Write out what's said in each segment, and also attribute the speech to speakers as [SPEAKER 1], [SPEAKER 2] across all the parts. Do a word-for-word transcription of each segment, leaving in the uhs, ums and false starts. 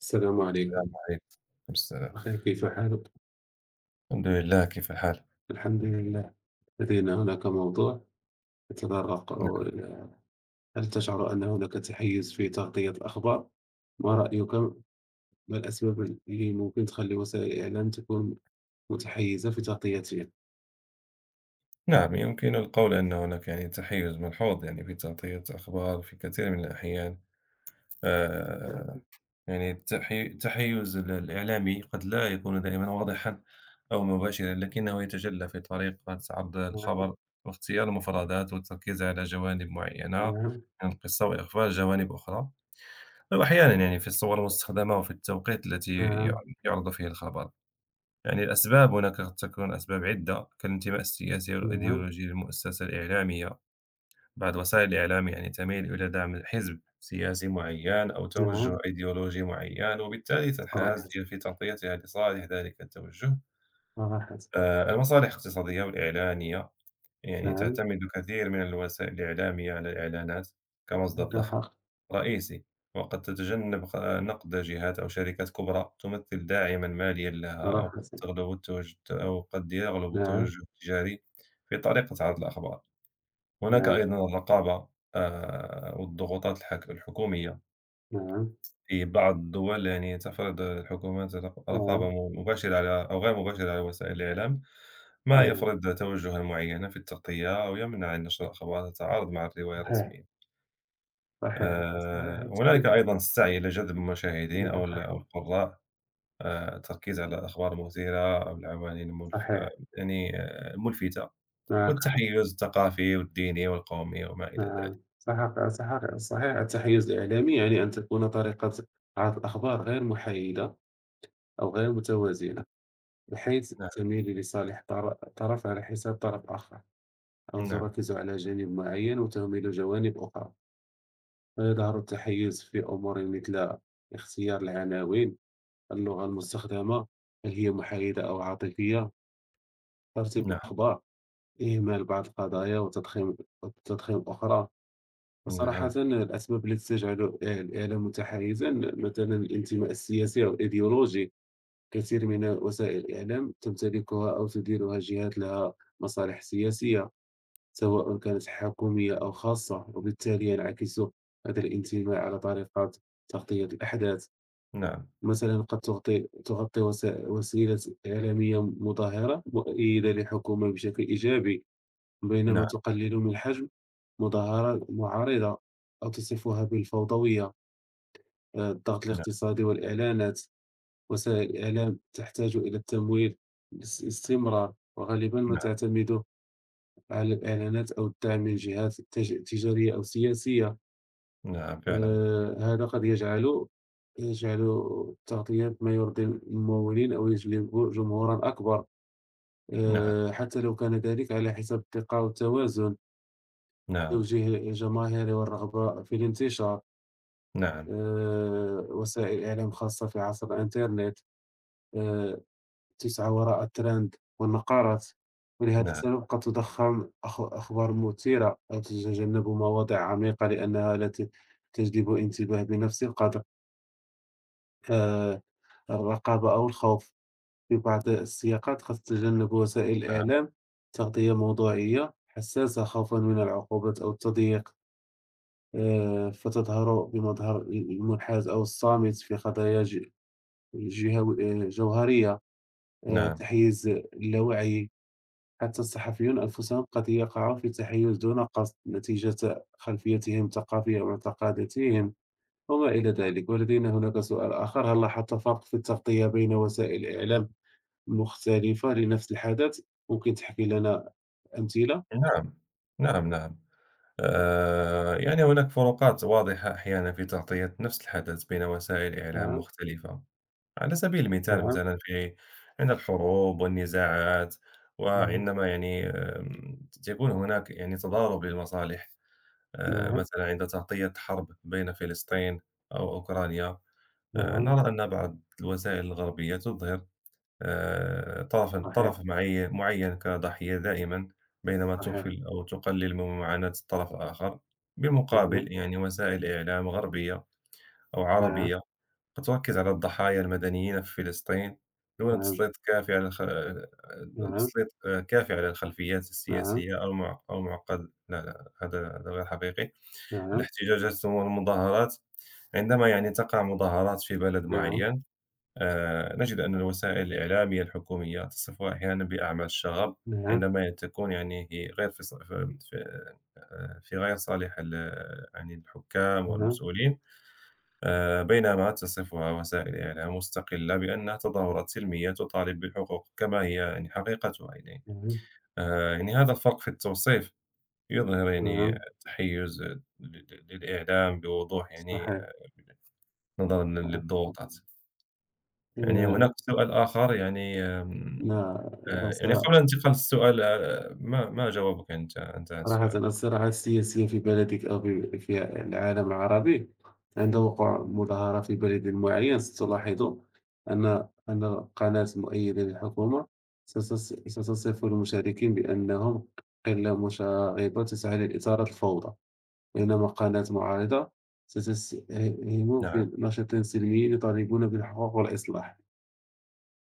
[SPEAKER 1] السلام
[SPEAKER 2] السلام
[SPEAKER 1] عليكم.
[SPEAKER 2] عليكم. عليكم السلام.
[SPEAKER 1] أخي، كيف حالك؟
[SPEAKER 2] الحمد لله، كيف الحال؟
[SPEAKER 1] الحمد لله. لدينا هناك موضوع يتطرق
[SPEAKER 2] نعم.
[SPEAKER 1] إلى، هل تشعر أن هناك تحيز في تغطية الأخبار؟ ما رأيك؟ ما الأسباب اللي ممكن تخلي وسائل الإعلام تكون متحيزة في تغطيتها؟
[SPEAKER 2] نعم، يمكن القول أن هناك يعني تحيُّز ملحوظ يعني في تغطية أخبار في كثير من الأحيان.
[SPEAKER 1] نعم.
[SPEAKER 2] آآ يعني التحي التحيُّز ال الإعلامي قد لا يكون دائمًا واضحًا أو مباشرًا، لكنه يتجلّى في طريقة عرض الخبر واختيار المفردات والتركيز على جوانب معينة
[SPEAKER 1] نعم.
[SPEAKER 2] من القصة وإخفاء جوانب أخرى، أو أحيانًا يعني في الصور المستخدمة وفي التوقيت التي يع
[SPEAKER 1] نعم.
[SPEAKER 2] يُعرض فيه الخبر. يعني الأسباب هناك قد تكون أسباب عدة كالانتماء السياسي
[SPEAKER 1] نعم.
[SPEAKER 2] والأيديولوجي للمؤسسة الإعلامية. بعض وسائل الإعلام يعني تميل إلى دعم الحزب سياسي معين أو توجه
[SPEAKER 1] نعم.
[SPEAKER 2] أيديولوجي معين وبالتالي تنحاز
[SPEAKER 1] صراحة،
[SPEAKER 2] هي في تغطيتها لصالح ذلك التوجه.
[SPEAKER 1] صراحة.
[SPEAKER 2] آه، المصالح الاقتصادية والإعلانية يعني
[SPEAKER 1] نعم.
[SPEAKER 2] تعتمد كثير من الوسائل الإعلامية على الإعلانات كمصدر
[SPEAKER 1] عندك
[SPEAKER 2] ضخم
[SPEAKER 1] حق.
[SPEAKER 2] رئيسي، وقد تتجنب ق نقد جهات أو شركات كبرى تمثل داعمًا ماليًا لها، أو
[SPEAKER 1] صراحة.
[SPEAKER 2] قد تغلب التوج أو قد يغلب
[SPEAKER 1] نعم.
[SPEAKER 2] التوجه التجاري في طريقة عرض الأخبار. هناك
[SPEAKER 1] نعم.
[SPEAKER 2] أيضًا الرقابة آآ والضغوطات الحك الحكومية،
[SPEAKER 1] نعم.
[SPEAKER 2] في بعض الدول يعني تفرض الحكومات رق رقابة
[SPEAKER 1] نعم.
[SPEAKER 2] م مباشرة على أو غير مباشرة على وسائل الإعلام، ما
[SPEAKER 1] نعم.
[SPEAKER 2] يفرض توجهًا معينًا في التغطية أو يمنع عن نشر أخبار تتعارض مع الرواية
[SPEAKER 1] صحيح،
[SPEAKER 2] الرسمية.
[SPEAKER 1] صحيح،
[SPEAKER 2] آآ
[SPEAKER 1] صحيح،
[SPEAKER 2] هنالك
[SPEAKER 1] صحيح.
[SPEAKER 2] أيضًا السعي إلى جذب المشاهدين أو
[SPEAKER 1] معك
[SPEAKER 2] ال أو
[SPEAKER 1] حق.
[SPEAKER 2] القُرّاء، آآ التركيز على الأخبار المثيرة أو العناوين الملف آآ
[SPEAKER 1] صحيح.
[SPEAKER 2] يعني آه، الملفتة،
[SPEAKER 1] معك حق.
[SPEAKER 2] والتحيُّز الثقافي والديني والقومي وما إلى ذلك.
[SPEAKER 1] نعم. صحق صحق صحيح. التحيز الإعلامي يعني أن تكون طريقة عرض الأخبار غير محايدة، أو غير متوازنة، بحيث
[SPEAKER 2] نعم،
[SPEAKER 1] تميل لصالح طر- طرف على حساب طرف آخر، أو
[SPEAKER 2] نعم،
[SPEAKER 1] تركز على جانب معين وتهمل جوانب أخرى، فيظهر التحيز في أمور مثل اختيار العناوين، اللغة المستخدمة، هل هي محايدة أو عاطفية، ترتيب
[SPEAKER 2] نعم،
[SPEAKER 1] الأخبار، إهمال بعض القضايا، وتضخيم وتضخيم أخرى. صراحة،
[SPEAKER 2] نعم،
[SPEAKER 1] الأسباب التي تجعل الإعلام متحيزا، مثلا الانتماء السياسي أو الإيديولوجي. كثير من وسائل الإعلام تمتلكها أو تديرها جهات لها مصالح سياسية، سواء كانت حكومية أو خاصة، وبالتالي ينعكس هذا الانتماء على طريقة تغطية الأحداث.
[SPEAKER 2] نعم،
[SPEAKER 1] مثلا قد تغطي تغطي وسا- وسيلة إعلامية مظاهرة مؤيدة لحكومة بشكل إيجابي، بينما
[SPEAKER 2] نعم،
[SPEAKER 1] تقلل من حجم مظاهرات معارضة، أو تصفها بالفوضوية. آآ، الضغط
[SPEAKER 2] نعم،
[SPEAKER 1] الاقتصادي والإعلانات، وسائل الإعلام تحتاج إلى التمويل باس استمرار، وغالبًا ما
[SPEAKER 2] نعم،
[SPEAKER 1] تعتمد على الإعلانات أو الدعم من جهات تج تجارية أو سياسية.
[SPEAKER 2] نعم، فعلًا.
[SPEAKER 1] آآ، هذا قد يجعل يجعل التغطية ما يرضي الممولين أو يجلب جمهورًا أكبر،
[SPEAKER 2] نعم،
[SPEAKER 1] آآ، حتى لو كان ذلك على حساب الثقة والتوازن.
[SPEAKER 2] نعم،
[SPEAKER 1] توجيه الجماهير والرغبة في الانتشار.
[SPEAKER 2] نعم،
[SPEAKER 1] آآ وسائل إعلام خاصة في عصر الإنترنت آآ تسعى وراء الترند والنقارات، ولهذا
[SPEAKER 2] نعم،
[SPEAKER 1] السبب قد تضخّم أخ أخبار مثيرة، أو تتجنب مواضيع عميقة لأنها لا ت تجلب انتباه بنفس القدر. آآ الرقابة أو الخوف، في بعض السياقات قد تتجنب وسائل
[SPEAKER 2] نعم،
[SPEAKER 1] الإعلام تغطية موضوعية حساسة خوفًا من العقوبات أو التضييق، آآ فتظهر بمظهر ال المنحاز أو الصامت في قضايا ج جهو آه، جوهرية. آه،
[SPEAKER 2] نعم،
[SPEAKER 1] تحيز اللاوعي، حتى الصحفيون أنفسهم قد يقعوا في تحيز دون قصد نتيجة خلفيتهم الثقافية ومعتقداتهم وما إلى ذلك. ولدينا هناك سؤال آخر، هل لاحظت فرق في التغطية بين وسائل الإعلام المختلفة لنفس الحدث؟ ممكن تحكي لنا أمثلة؟
[SPEAKER 2] نعم، نعم، نعم. آآ يعني هناك فروقات واضحة أحيانًا في تغطية نفس الحدث بين وسائل إعلام
[SPEAKER 1] نعم.
[SPEAKER 2] مختلفة. على سبيل المثال
[SPEAKER 1] نعم.
[SPEAKER 2] مثلًا في عندنا الحروب والنزاعات،
[SPEAKER 1] نعم.
[SPEAKER 2] وعندما يعني آمم، تكون هناك يعني تضارب للمصالح، آآ،
[SPEAKER 1] نعم.
[SPEAKER 2] مثلًا عند تغطية حرب بين فلسطين أو أوكرانيا، آآ،
[SPEAKER 1] نعم.
[SPEAKER 2] نرى أن بعض الوسائل الغربية تظهر آآ، طرفًا
[SPEAKER 1] صحيح.
[SPEAKER 2] طرف معي معين كضحية دائمًا، بينما
[SPEAKER 1] صحيح.
[SPEAKER 2] تغفل أو تقلل من معاناة الطرف الآخر،
[SPEAKER 1] نعم.
[SPEAKER 2] بالمقابل يعني وسائل إعلام غربية أو
[SPEAKER 1] نعم.
[SPEAKER 2] عربية قد تركز على الضحايا المدنيين في فلسطين دون
[SPEAKER 1] نعم.
[SPEAKER 2] تسليط كافي على الخ تسليط آه، كافي على الخلفيات
[SPEAKER 1] نعم.
[SPEAKER 2] السياسية أو مع أو معقد. لا، لا، هذا هذا غير حقيقي.
[SPEAKER 1] نعم.
[SPEAKER 2] الاحتجاجات والمظاهرات عندما يعني تقع مظاهرات في بلد
[SPEAKER 1] نعم.
[SPEAKER 2] معين، آآ، نجد أن الوسائل الإعلامية الحكومية تصفها أحيانًا بأعمال الشغب،
[SPEAKER 1] نعم.
[SPEAKER 2] عندما تكون يعني هي غير في ص في في غير صالح ال يعني الحكام
[SPEAKER 1] نعم.
[SPEAKER 2] والمسؤولين. آه، بينما تصفها وسائل إعلام مستقلة بأنها تظاهرات سلمية تطالب بالحقوق كما هي يعني حقيقتها يعني
[SPEAKER 1] نعم.
[SPEAKER 2] آه، يعني هذا الفرق في التوصيف يظهر يعني
[SPEAKER 1] نعم.
[SPEAKER 2] تحيز ل- ل- للإعلام بوضوح يعني
[SPEAKER 1] صحيح.
[SPEAKER 2] آه، نظرا
[SPEAKER 1] آه،
[SPEAKER 2] للضغوطات. يعني
[SPEAKER 1] آه،
[SPEAKER 2] هناك سؤال آخر يعني آم،
[SPEAKER 1] ما.
[SPEAKER 2] آه،
[SPEAKER 1] آه،
[SPEAKER 2] يعني
[SPEAKER 1] صراع
[SPEAKER 2] قبل أن ننتقل للسؤال آه، ما ما جوابك أنت أنت عن
[SPEAKER 1] صراحة،
[SPEAKER 2] السؤال.
[SPEAKER 1] الصراعات السياسية في بلدك أو في في العالم العربي، عند وقوع مظاهرة في بلد معين ستلاحظ أن أن القناة المؤيدة للحكومة ستس- ستصف المشاركين بأنهم قلة مشاغبة تسعى للإثارة الفوضى، بينما قناة معارضة ستسهم
[SPEAKER 2] نعم،
[SPEAKER 1] في نشاط سلمي يطالبون بالحقوق والإصلاح.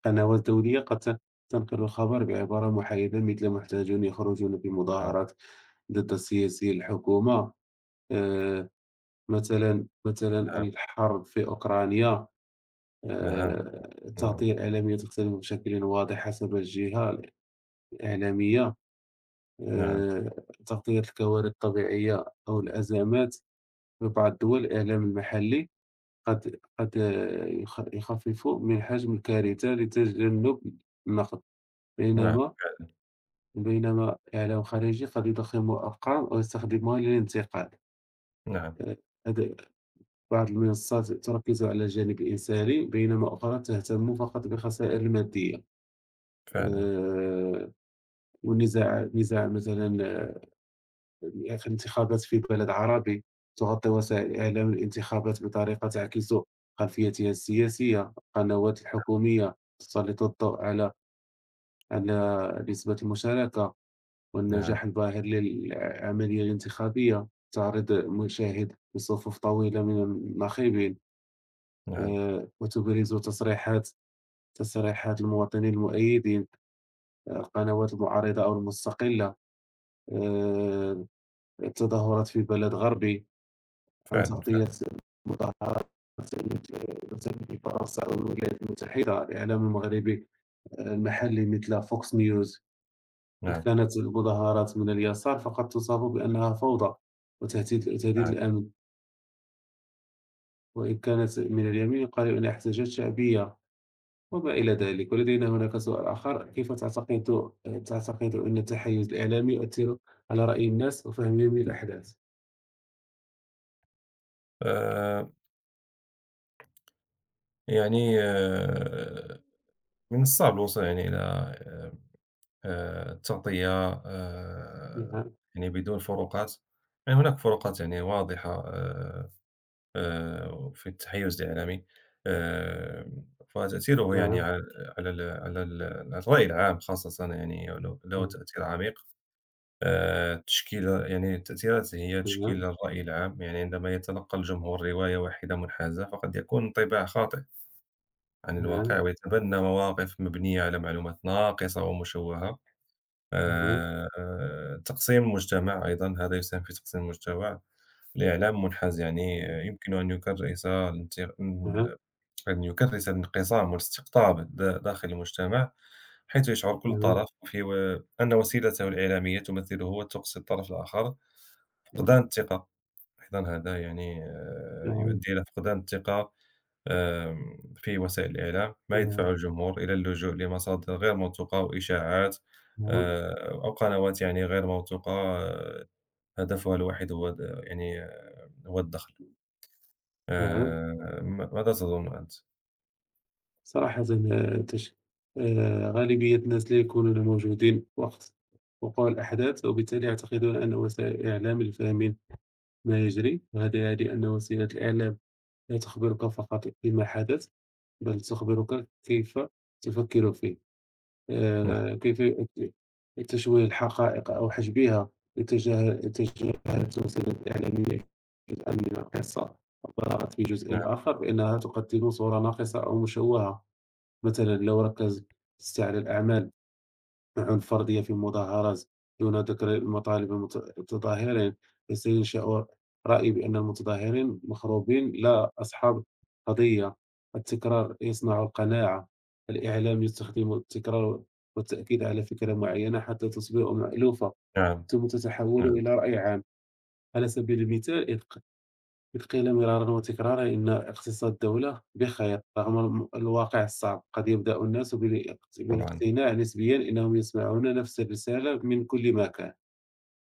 [SPEAKER 1] قنوات دولية قد تنقل الخبر بعبارة محايدة مثل محتاجون يخرجون
[SPEAKER 2] نعم،
[SPEAKER 1] بمظاهرات ضد سياسي الحكومة. آه، مثلا مثلا الحرب في أوكرانيا.
[SPEAKER 2] نعم،
[SPEAKER 1] آه،
[SPEAKER 2] نعم،
[SPEAKER 1] التغطية الإعلامية تختلف بشكل واضح حسب الجهة الإعلامية.
[SPEAKER 2] نعم،
[SPEAKER 1] آه، تغطية الكوارث الطبيعية أو الأزمات، في بعض الدول الإعلام المحلي قد قد آه، يخ- يخفف من حجم الكارثة لتجنب النقد،
[SPEAKER 2] نعم،
[SPEAKER 1] بينما بينما إعلام خارجي قد يضخم أرقام أو يستخدمها للانتقاد.
[SPEAKER 2] نعم،
[SPEAKER 1] آآ، هذا، بعض المنصات تركز على الجانب الإنساني، بينما أخرى تهتم فقط بالخسائر المادية.
[SPEAKER 2] فعلا، نعم، فعلا،
[SPEAKER 1] آآ، والنزاع نزاع مثلًا في الانتخابات في بلد عربي، تغطي وسائل الإعلام الانتخابات بطريقة تعكس خلفيتها السياسية. القنوات الحكومية تسلط الضوء على على نسبة المشاركة
[SPEAKER 2] نعم،
[SPEAKER 1] والنجاح الباهر للعملية الانتخابية، تعرض المشاهد لصفوف طويلة من الناخبين،
[SPEAKER 2] نعم،
[SPEAKER 1] آه، وتبرز تصريحات تصريحات المواطنين المؤيدين. آه، القنوات المعارضة أو المستقلة، آه، التظاهرات في بلد غربي، عن
[SPEAKER 2] فعلا،
[SPEAKER 1] تغطية
[SPEAKER 2] فعلا،
[SPEAKER 1] مظاهرات في فرنسا أو الولايات المتحدة، الإعلام المغربي المحلي مثل فوكس نيوز، إذ
[SPEAKER 2] نعم،
[SPEAKER 1] كانت المظاهرات من اليسار فقد تصف بأنها فوضى وتهديد وتهديد
[SPEAKER 2] نعم.
[SPEAKER 1] الأمن، وإن كانت من اليمين قالوا إنها احتجاجات شعبية، وما إلى ذلك. ولدينا هناك سؤال آخر، كيف تعتقد تعتقد أن التحيز الإعلامي يؤثر على رأي الناس وفهمهم للأحداث؟
[SPEAKER 2] آآ يعني آه، من الصعب الوصول يعني إلى آآ التغطية آآ
[SPEAKER 1] نعم.
[SPEAKER 2] يعني بدون فروقات، يعني هناك فروقات يعني واضحة آآ آآ في التحيُّز الإعلامي، آآ، فتأثيره يعني
[SPEAKER 1] نعم.
[SPEAKER 2] على على ال على ال على الرأي العام خاصةً يعني له له تأثير عميق. آآ، تشكيل يعني التأثيرات هي تشكيل
[SPEAKER 1] نعم.
[SPEAKER 2] الرأي العام، يعني عندما يتلقى الجمهور رواية واحدة منحازة فقد يكون انطباع خاطئ عن
[SPEAKER 1] نعم.
[SPEAKER 2] الواقع ويتبنى مواقف مبنية على معلومات ناقصة ومشوهة. آآ، تقسيم المجتمع أيضًا، هذا يساهم في تقسيم المجتمع. الإعلام منحاز يعني
[SPEAKER 1] نعم.
[SPEAKER 2] آه، يمكن أن يكرس الانت
[SPEAKER 1] نعم.
[SPEAKER 2] ال أن يكرس الانقسام والاستقطاب د داخل المجتمع، حيث يشعر كل
[SPEAKER 1] نعم.
[SPEAKER 2] طرف في و أن وسيلته الإعلامية تمثله وتقصي الطرف الآخر. فقدان الثقة، أيضًا هذا يعني آه،
[SPEAKER 1] نعم.
[SPEAKER 2] يؤدي إلى فقدان الثقة. آمم، في وسائل الإعلام، ما
[SPEAKER 1] نعم. نعم.
[SPEAKER 2] يدفع الجمهور إلى اللجوء لمصادر غير موثوقة وإشاعات،
[SPEAKER 1] نعم.
[SPEAKER 2] آآ، أو قنوات يعني غير موثوقة، آآ، هدفها الوحيد هو د يعني هو الدخل.
[SPEAKER 1] نعم.
[SPEAKER 2] آآ، م ماذا تظن أنت؟
[SPEAKER 1] صراحةً، آه، تش آآ غالبية الناس لا يكونون موجودين وقت وقوع الأحداث، وبالتالي يعتقدون أن وسائل الإعلام الفاهمين ما يجري، وهذا يعني أن وسيلة الإعلام لا تخبرك فقط بما حدث، بل تخبرك كيف تفكر فيه.
[SPEAKER 2] نعم،
[SPEAKER 1] آآ كيف ت تشويه الحقائق أو حجبها، يتجاهل يتجاهلت الوسائل الإعلامية جزءًا من القصة، وبالغت في
[SPEAKER 2] نعم،
[SPEAKER 1] جزء آخر بأنها تقدم صورة ناقصة أو مشوهة. مثلاً لو ركزت على الأعمال الفردية في مظاهرات دون ذكر المطالب المت- المتظاهرين، فسينشأ رأي بأن المتظاهرين مخروبين لا أصحاب قضية. التكرار يصنع القناعة، الإعلام يستخدم التكرار والتأكيد على فكرة معينة حتى تصبح مألوفة،
[SPEAKER 2] نعم،
[SPEAKER 1] ثم تتحول
[SPEAKER 2] نعم،
[SPEAKER 1] إلى رأي عام. على سبيل المثال، إذ ق- إذ قيل مرارا وتكرارا إن اقتصاد الدولة بخير رغم الم- الواقع الصعب، قد يبدأ الناس بالا-
[SPEAKER 2] طبعًا،
[SPEAKER 1] بالاقتناع نسبيا أنهم يسمعون نفس الرسالة من كل مكان.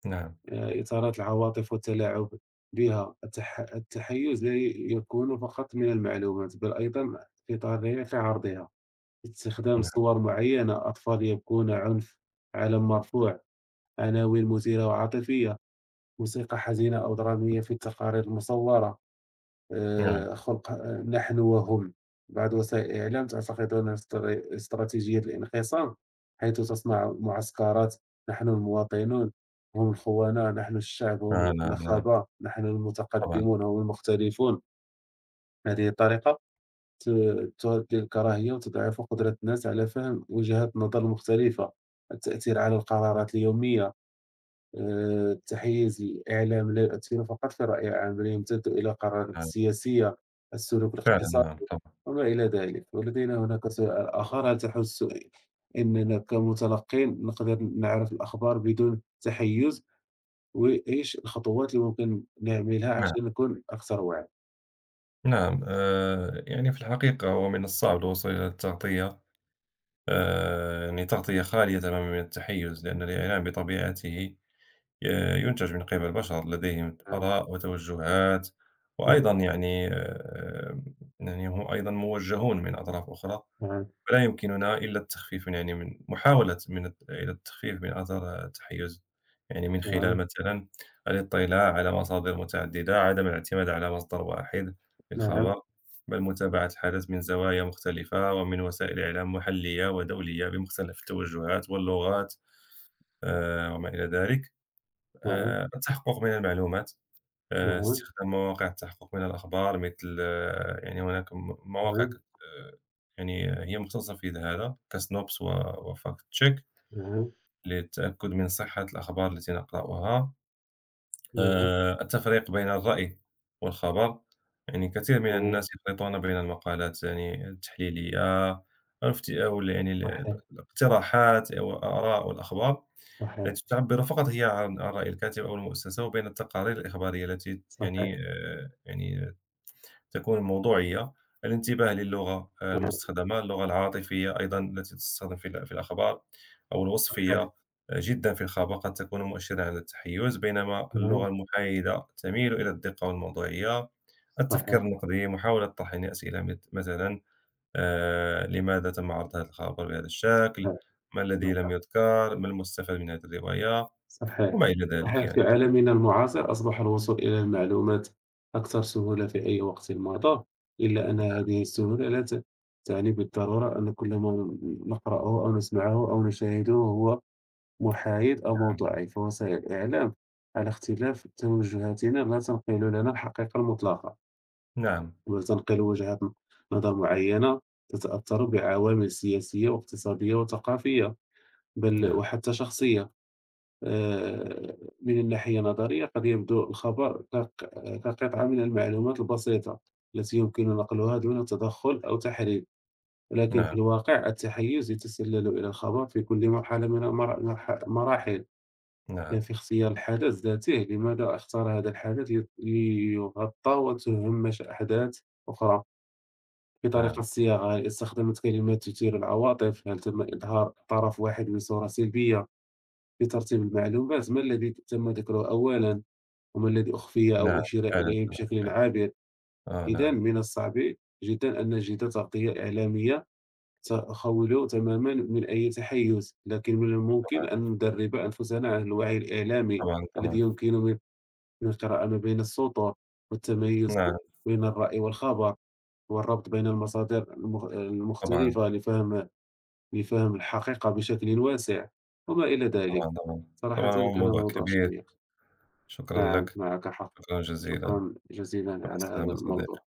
[SPEAKER 2] نعم،
[SPEAKER 1] آه، إثارة العواطف والتلاعب بها، التح... التحيز لا ي- يكون فقط من المعلومات بل أيضا في طريقة عرضها، استخدام
[SPEAKER 2] نعم،
[SPEAKER 1] صور معينة، أطفال يبكون، عنف، علم مرفوع، عناوين مثيرة وعاطفية، موسيقى حزينة أو درامية في التقارير المصورة.
[SPEAKER 2] نعم،
[SPEAKER 1] آآ خلق آه، نحن وهم. بعض وسائل الإعلام تعتقدون استر استراتيجية الانقسام، حيث تصنع معسكرات: "نحن المواطنون، هم الخونة، نحن الشعب،
[SPEAKER 2] آه،
[SPEAKER 1] هم
[SPEAKER 2] نعم، نعم،
[SPEAKER 1] النخبة، نحن
[SPEAKER 2] طبعًا،
[SPEAKER 1] المتقدمون، هم المختلفون." هذه الطريقة ت تؤدي للكراهية وتضعف قدرة الناس على فهم وجهات نظر مختلفة، التأثير على القرارات اليومية. آآ تحيز الإعلام لا يؤثر فقط في رأي العام، بل يمتد إلى قرارات
[SPEAKER 2] نعم،
[SPEAKER 1] السياسية، السلوك
[SPEAKER 2] فعلًا،
[SPEAKER 1] الاقتصادي،
[SPEAKER 2] نعم، طبعًا،
[SPEAKER 1] وما إلى ذلك. ولدينا هناك سؤال آخر، هل تحس إننا كمتلقين نقدر نعرف الأخبار بدون تحيز، وإيش الخطوات اللي ممكن نعملها
[SPEAKER 2] نعم،
[SPEAKER 1] عشان نكون أكثر وعي؟
[SPEAKER 2] نعم، آآ، يعني في الحقيقة هو من الصعب الوصول إلى التغطية، آآ يعني تغطية خالية تمامًا من التحيُّز، لأن الإعلام بطبيعته ي يُنتج من قِبَل بشر لديهم
[SPEAKER 1] نعم.
[SPEAKER 2] آراء وتوجُّهات، وأيضًا
[SPEAKER 1] نعم.
[SPEAKER 2] يعني آمم، يعني هم أيضًا موجّهون من أطراف أخرى،
[SPEAKER 1] نعم.
[SPEAKER 2] ولا يمكننا إلا التخفيف من يعني من محاولة من الت إلى التخفيف من آثار التحيُّز، يعني من خلال
[SPEAKER 1] نعم.
[SPEAKER 2] مثلًا الاطلاع على مصادر متعددة، عدم الاعتماد على مصدر واحد للخبر،
[SPEAKER 1] نعم.
[SPEAKER 2] بل متابعة الحدث من زوايا مختلفة ومن وسائل إعلام محلية ودولية بمختلف التوجهات واللغات آآ وما إلى ذلك،
[SPEAKER 1] نعم.
[SPEAKER 2] آآ التحقُّق من المعلومات. آآ
[SPEAKER 1] نعم.
[SPEAKER 2] استخدام مواقع التحقق من الأخبار مثل آه، يعني هناك م مواقع كت
[SPEAKER 1] نعم.
[SPEAKER 2] آه، يعني هي مختصة في هذا كSNOPS و وFactCheck
[SPEAKER 1] نعم.
[SPEAKER 2] للتأكد من صحة الأخبار التي نقرأها.
[SPEAKER 1] نعم.
[SPEAKER 2] آآ التفريق بين الرأي والخبر، يعني كثير من
[SPEAKER 1] نعم.
[SPEAKER 2] الناس يخلطون بين المقالات يعني التحليلية، عرفتِ أو ال يعني ال
[SPEAKER 1] صحيح.
[SPEAKER 2] الاقتراحات أو الآراء والأخبار
[SPEAKER 1] صحيح.
[SPEAKER 2] التي تعبر فقط هي عن عن رأي الكاتب أو المؤسسة، وبين التقارير الإخبارية التي
[SPEAKER 1] صحيح.
[SPEAKER 2] يعني آآ يعني تكون موضوعية. الانتباه للغة آآ
[SPEAKER 1] نعم.
[SPEAKER 2] المستخدمة، اللغة العاطفية أيضًا التي تستخدم في ال في الأخبار أو الوصفية
[SPEAKER 1] صحيح.
[SPEAKER 2] آه، جدًا في الخبر قد تكون مؤشرًا على التحيُّز، بينما اللغة
[SPEAKER 1] نعم.
[SPEAKER 2] المحايدة تميل إلى الدقة والموضوعية. التفكير
[SPEAKER 1] صحيح.
[SPEAKER 2] النقدي، محاولة طرح يعني أسئلة مت مثلًا آآ لماذا تم عرض هذا الخبر بهذا الشكل؟
[SPEAKER 1] صحيح.
[SPEAKER 2] ما الذي لم
[SPEAKER 1] نعم.
[SPEAKER 2] يُذكر؟ ما المستفاد من هذه الرواية؟
[SPEAKER 1] صحيح.
[SPEAKER 2] وما إلى ذلك
[SPEAKER 1] صحيح،
[SPEAKER 2] يعني،
[SPEAKER 1] في عالمنا المعاصر أصبح الوصول إلى المعلومات أكثر سهولة في أي وقت مضى، إلا أن هذه السهولة لا ت تعني بالضرورة أن كل ما نقرأه أو نسمعه أو نشاهده هو محايد أو موضوعي، فوسائل الإعلام على اختلاف توجهاتنا لا تنقل لنا الحقيقة المطلقة،
[SPEAKER 2] نعم،
[SPEAKER 1] بل تنقل وجهة نظر معينة تتأثر بعوامل سياسية واقتصادية وثقافية، بل
[SPEAKER 2] نعم،
[SPEAKER 1] وحتى شخصية. آه، من الناحية النظرية قد يبدو الخبر كق- كقطعة من المعلومات البسيطة التي يمكن نقلها دون تدخل أو تحريف، ولكن
[SPEAKER 2] نعم،
[SPEAKER 1] في الواقع التحيز يتسلل إلى الخبر في كل مرحلة من المر- مرح- مراحل،
[SPEAKER 2] نعم،
[SPEAKER 1] يعني
[SPEAKER 2] نعم،
[SPEAKER 1] في اختيار الحدث ذاته، لماذا اختار هذا الحدث لي- ليغطى وتهمش أحداث أخرى، في طريقة
[SPEAKER 2] نعم،
[SPEAKER 1] الصياغة، هل استخدمت كلمات تثير العواطف، هل تم إظهار طرف واحد بصورة سلبية، في ترتيب المعلومات، ما الذي تم ذكره أولا وما الذي أُخفي أو
[SPEAKER 2] نعم،
[SPEAKER 1] أُشير
[SPEAKER 2] فعلًا،
[SPEAKER 1] إليه بشكل
[SPEAKER 2] فعلًا حقيقي.
[SPEAKER 1] عابر.
[SPEAKER 2] آه،
[SPEAKER 1] إذًا
[SPEAKER 2] نعم،
[SPEAKER 1] من الصعب جدًا أن نجد تغطية إعلامية تخوّل تمامًا من أي تحيُّز، لكن من الممكن أن
[SPEAKER 2] طبعًا،
[SPEAKER 1] ندرّب أنفسنا على الوعي الإعلامي
[SPEAKER 2] طبعًا،
[SPEAKER 1] الذي
[SPEAKER 2] طبعًا،
[SPEAKER 1] يمكن من من القراءة ما بين السطور، والتميُّز
[SPEAKER 2] نعم،
[SPEAKER 1] بين الرأي والخبر، والربط بين المصادر المخ
[SPEAKER 2] طبعًا،
[SPEAKER 1] المختلفة لفهم لفهم الحقيقة بشكل واسع، وما إلى ذلك.
[SPEAKER 2] طبعًا، طبعًا،
[SPEAKER 1] صراحةً،
[SPEAKER 2] طبعًا هو
[SPEAKER 1] كان
[SPEAKER 2] موضوع
[SPEAKER 1] موضوع
[SPEAKER 2] كبير،
[SPEAKER 1] شيق.
[SPEAKER 2] شكرًا
[SPEAKER 1] نعم،
[SPEAKER 2] لك،
[SPEAKER 1] معك حق.
[SPEAKER 2] شكرًا جزيلًا،
[SPEAKER 1] شكرًا جزيلًا
[SPEAKER 2] مع
[SPEAKER 1] على هذا
[SPEAKER 2] السلامة
[SPEAKER 1] الموضوع.
[SPEAKER 2] صديقي.